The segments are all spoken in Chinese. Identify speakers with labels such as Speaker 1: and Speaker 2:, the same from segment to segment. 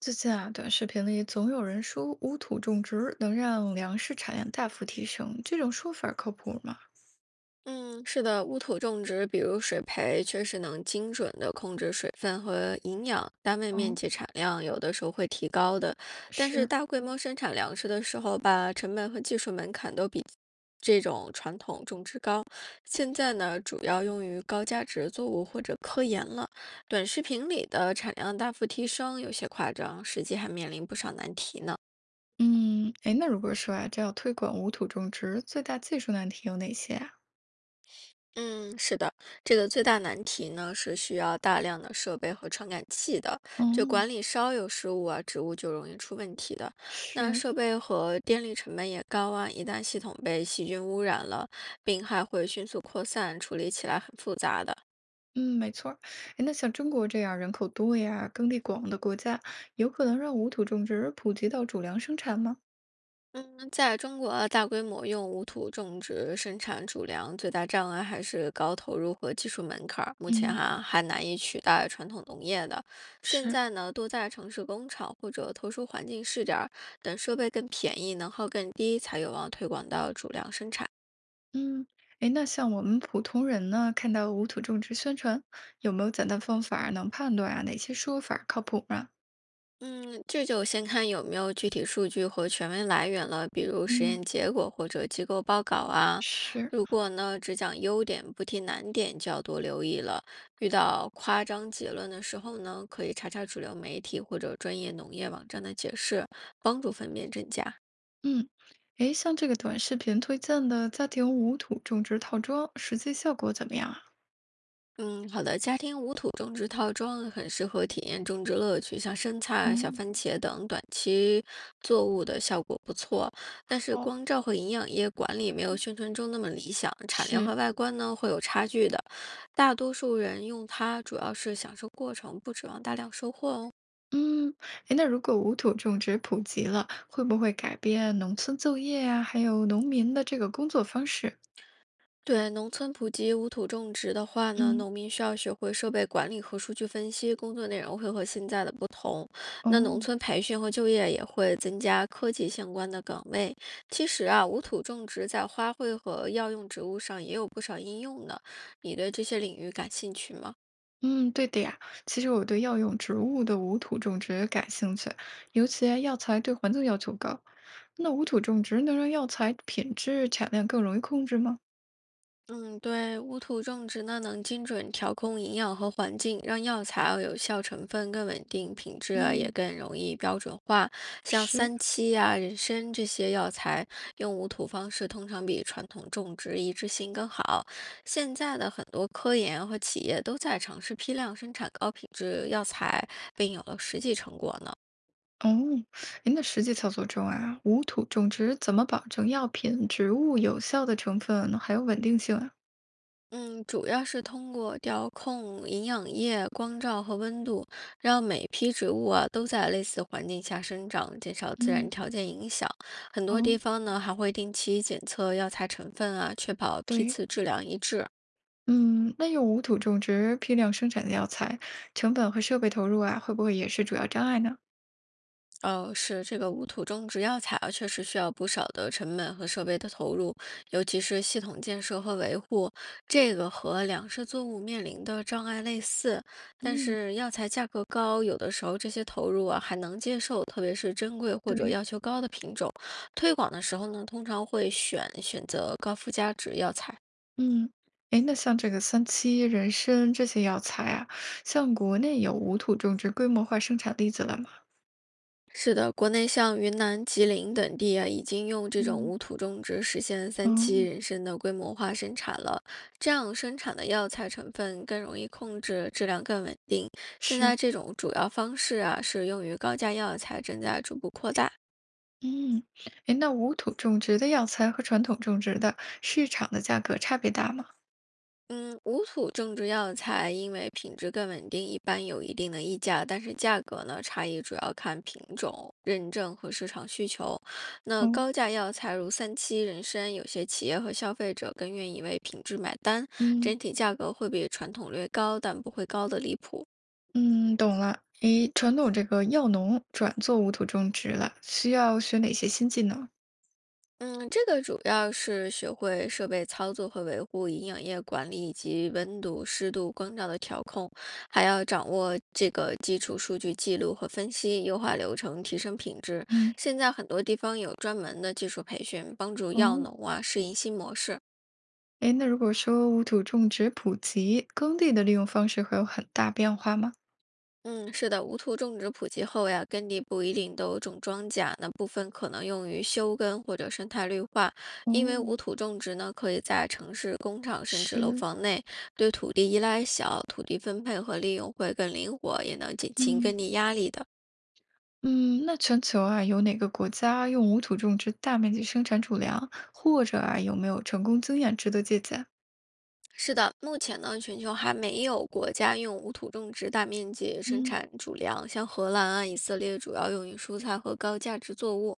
Speaker 1: 最近啊，短视频里总有人说无土种植能让粮食产量大幅提升，这种说法儿靠谱吗？
Speaker 2: 嗯，是的，乌土种植，比如水培，确实能精准地控制水分和营养，单位面
Speaker 1: 哦，
Speaker 2: 积产量有的时候会提高的。但是
Speaker 1: 是，
Speaker 2: 大规模生产粮食的时候吧，成本和技术门槛都比这种传统种植高。现在呢，主要用于高价值作物或者科研了。短视频里的产量大幅提升有些夸张，实际还面临不少难题呢。
Speaker 1: 嗯，哎，那如果说啊，这要推广无土种植，最大技术难题有哪些啊？
Speaker 2: 嗯，是的，这个最大难题呢是需要大量的设备和传感器的，就
Speaker 1: 嗯，
Speaker 2: 管理稍有失误啊，植物就容易出问题的。那
Speaker 1: 是，
Speaker 2: 设备和电力成本也高啊，一旦系统被细菌污染了，病害会迅速扩散，处理起来很复杂的。
Speaker 1: 嗯，没错儿。哎，那像中国这样人口多呀、耕地广的国家，有可能让无土种植普及到主粮生产吗？
Speaker 2: 嗯，在中国大规模用无土种植生产主粮，最大障碍还是高投入和技术门槛儿，目前
Speaker 1: 嗯，
Speaker 2: 哈还难以取代传统农业的。现
Speaker 1: 是。
Speaker 2: 在呢，多在城市工厂或者特殊环境试点儿，等设备更便宜、能耗更低，才有望推广到主粮生产。
Speaker 1: 嗯，哎，那像我们普通人呢，看到无土种植宣传，有没有简单方法能判断啊，哪些说法儿靠谱啊？
Speaker 2: 嗯，这就先看有没有具体数据和权威来源了，比如实
Speaker 1: 嗯，
Speaker 2: 验结果或者机构报告啊。
Speaker 1: 是，
Speaker 2: 如果呢只讲优点不提难点，就要多留意了。遇到夸张结论的时候呢，可以查查主流媒体或者专业农业网站的解释，帮助分辨真假。
Speaker 1: 嗯，哎，像这个短视频推荐的家庭无土种植套装，实际效果怎么样啊？
Speaker 2: 嗯，好的。家庭无土种植套装很适合体验种植乐趣，像生菜、小
Speaker 1: 嗯，
Speaker 2: 番茄等短期作物的效果不错，但是
Speaker 1: 好，
Speaker 2: 光照和营养液管理没有宣传中那么理想，产量
Speaker 1: 是，
Speaker 2: 和外观呢会有差距的。大多数人用它主要是享受过程，不指望大量收获哦。
Speaker 1: 嗯，哎，那如果无土种植普及了，会不会改变农村就业啊，还有农民的这个工作方式？
Speaker 2: 对农村普及无土种植的话呢，
Speaker 1: 嗯，
Speaker 2: 农民需要学会设备管理和数据分析，工作内容会和现在的不同。那农
Speaker 1: 哦。
Speaker 2: 村培训和就业也会增加科技相关的岗位。其实啊，无土种植在花卉和药用植物上也有不少应用呢。你对这些领域感兴趣吗？
Speaker 1: 嗯，对的呀。其实我对药用植物的无土种植感兴趣，尤其药材对环境要求高。那无土种植能让药材品质、产量更容易控制吗？
Speaker 2: 嗯，对，无土种植呢，能精准调控营养和环境，让药材啊有效成分更稳定，品质啊也
Speaker 1: 嗯，
Speaker 2: 更容易标准化。像
Speaker 1: 是
Speaker 2: 三七啊、人参这些药材，用无土方式通常比传统种植一致性更好。现在的很多科研和企业都在尝试批量生产高品质药材，并有了实际成果呢。
Speaker 1: 哦，您那实际操作中啊，无土种植怎么保证药品、植物有效的成分还有稳定性啊？
Speaker 2: 嗯，主要是通过调控营养液、光照和温度，让每批植物啊都在类似环境下生长，减少自然
Speaker 1: 嗯，
Speaker 2: 条件影响。很多
Speaker 1: 哦，
Speaker 2: 地方呢还会定期检测药材成分啊，确保批
Speaker 1: 对，
Speaker 2: 次质量一致。
Speaker 1: 嗯，那用无土种植批量生产的药材，成本和设备投入啊，会不会也是主要障碍呢？
Speaker 2: 哦，是这个无土种植药材啊，确实需要不少的成本和设备的投入，尤其是系统建设和维护。这个和粮食作物面临的障碍类似，但
Speaker 1: 嗯。
Speaker 2: 是药材价格高，有的时候这些投入啊还能接受，特别是珍贵或者
Speaker 1: 对，
Speaker 2: 要求高的品种。推广的时候呢，通常会选择高附加值药材。
Speaker 1: 嗯，哎，那像这个三七、人参这些药材啊，像国内有无土种植规模化生产例子了吗？
Speaker 2: 是的，国内像云南、吉林等地啊，已经用这种
Speaker 1: 嗯，
Speaker 2: 无土种植实现
Speaker 1: 哦，
Speaker 2: 三七人参的规模化生产了。这样生产的药材成分更容易控制，质量更稳定。现
Speaker 1: 是，
Speaker 2: 在这种主要方式啊，是用于高价药材，正在逐步扩大。
Speaker 1: 嗯，哎，那无土种植的药材和传统种植的市场的价格差别大吗？
Speaker 2: 嗯，无土种植药材因为品质更稳定，一般有一定的溢价，但是价格呢，差异主要看品种、认证和市场需求。那
Speaker 1: 哦，
Speaker 2: 高价药材如三七、人参，有些企业和消费者更愿意为品质买单，
Speaker 1: 嗯
Speaker 2: 整体价格会比传统略高，但不会高的离谱。
Speaker 1: 嗯，懂了。诶，传统这个药农转做无土种植了，需要学哪些新技能？
Speaker 2: 嗯，这个主要是学会设备操作和维护、营养液管理以及温度、湿度、光照的调控，还要掌握这个基础数据记录和分析，优化流程，提升品质。
Speaker 1: 嗯
Speaker 2: 现在很多地方有专门的技术培训，帮助
Speaker 1: 哦，
Speaker 2: 药农啊适应新模式。
Speaker 1: 诶，那如果说无土种植普及，耕地的利用方式会有很大变化吗？
Speaker 2: 嗯，是的，无土种植普及后呀，耕地不一定都种庄稼，那部分可能用于休耕或者生态绿化。因为
Speaker 1: 哦。
Speaker 2: 无土种植呢，可以在城市、工厂甚至楼
Speaker 1: 是。
Speaker 2: 房内，对土地依赖小，土地分配和利用会更灵活，也能减轻
Speaker 1: 嗯
Speaker 2: 耕地压力的。
Speaker 1: 嗯，那全球啊，有哪个国家用无土种植大面积生产主粮，或者啊，有没有成功经验值得借鉴？
Speaker 2: 是的，目前呢，全球还没有国家用无土种植大面积生
Speaker 1: 嗯。
Speaker 2: 产主粮，像荷兰啊、以色列主要用于蔬菜和高价值作物。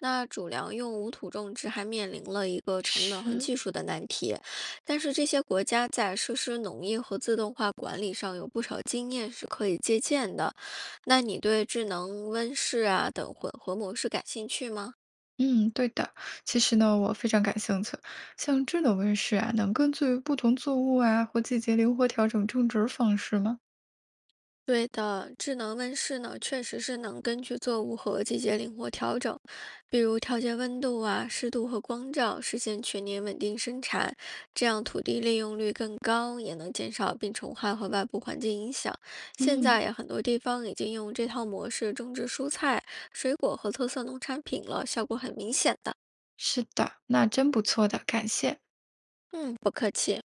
Speaker 2: 那主粮用无土种植还面临了一个成本和
Speaker 1: 是，
Speaker 2: 技术的难题，但是这些国家在实施农业和自动化管理上有不少经验是可以借鉴的。那你对智能温室啊等混合模式感兴趣吗？
Speaker 1: 嗯，对的。其实呢，我非常感兴趣。像智能温室啊，能根据不同作物啊或季节灵活调整种植方式吗？
Speaker 2: 对的，智能温室呢，确实是能根据作物和季节灵活调整，比如调节温度啊、湿度和光照，实现全年稳定生产。这样土地利用率更高，也能减少病虫害和外部环境影响。现
Speaker 1: 嗯，
Speaker 2: 在呀，很多地方已经用这套模式种植蔬菜、水果和特色农产品了，效果很明显的。
Speaker 1: 是的，那真不错的，感谢。
Speaker 2: 嗯，不客气。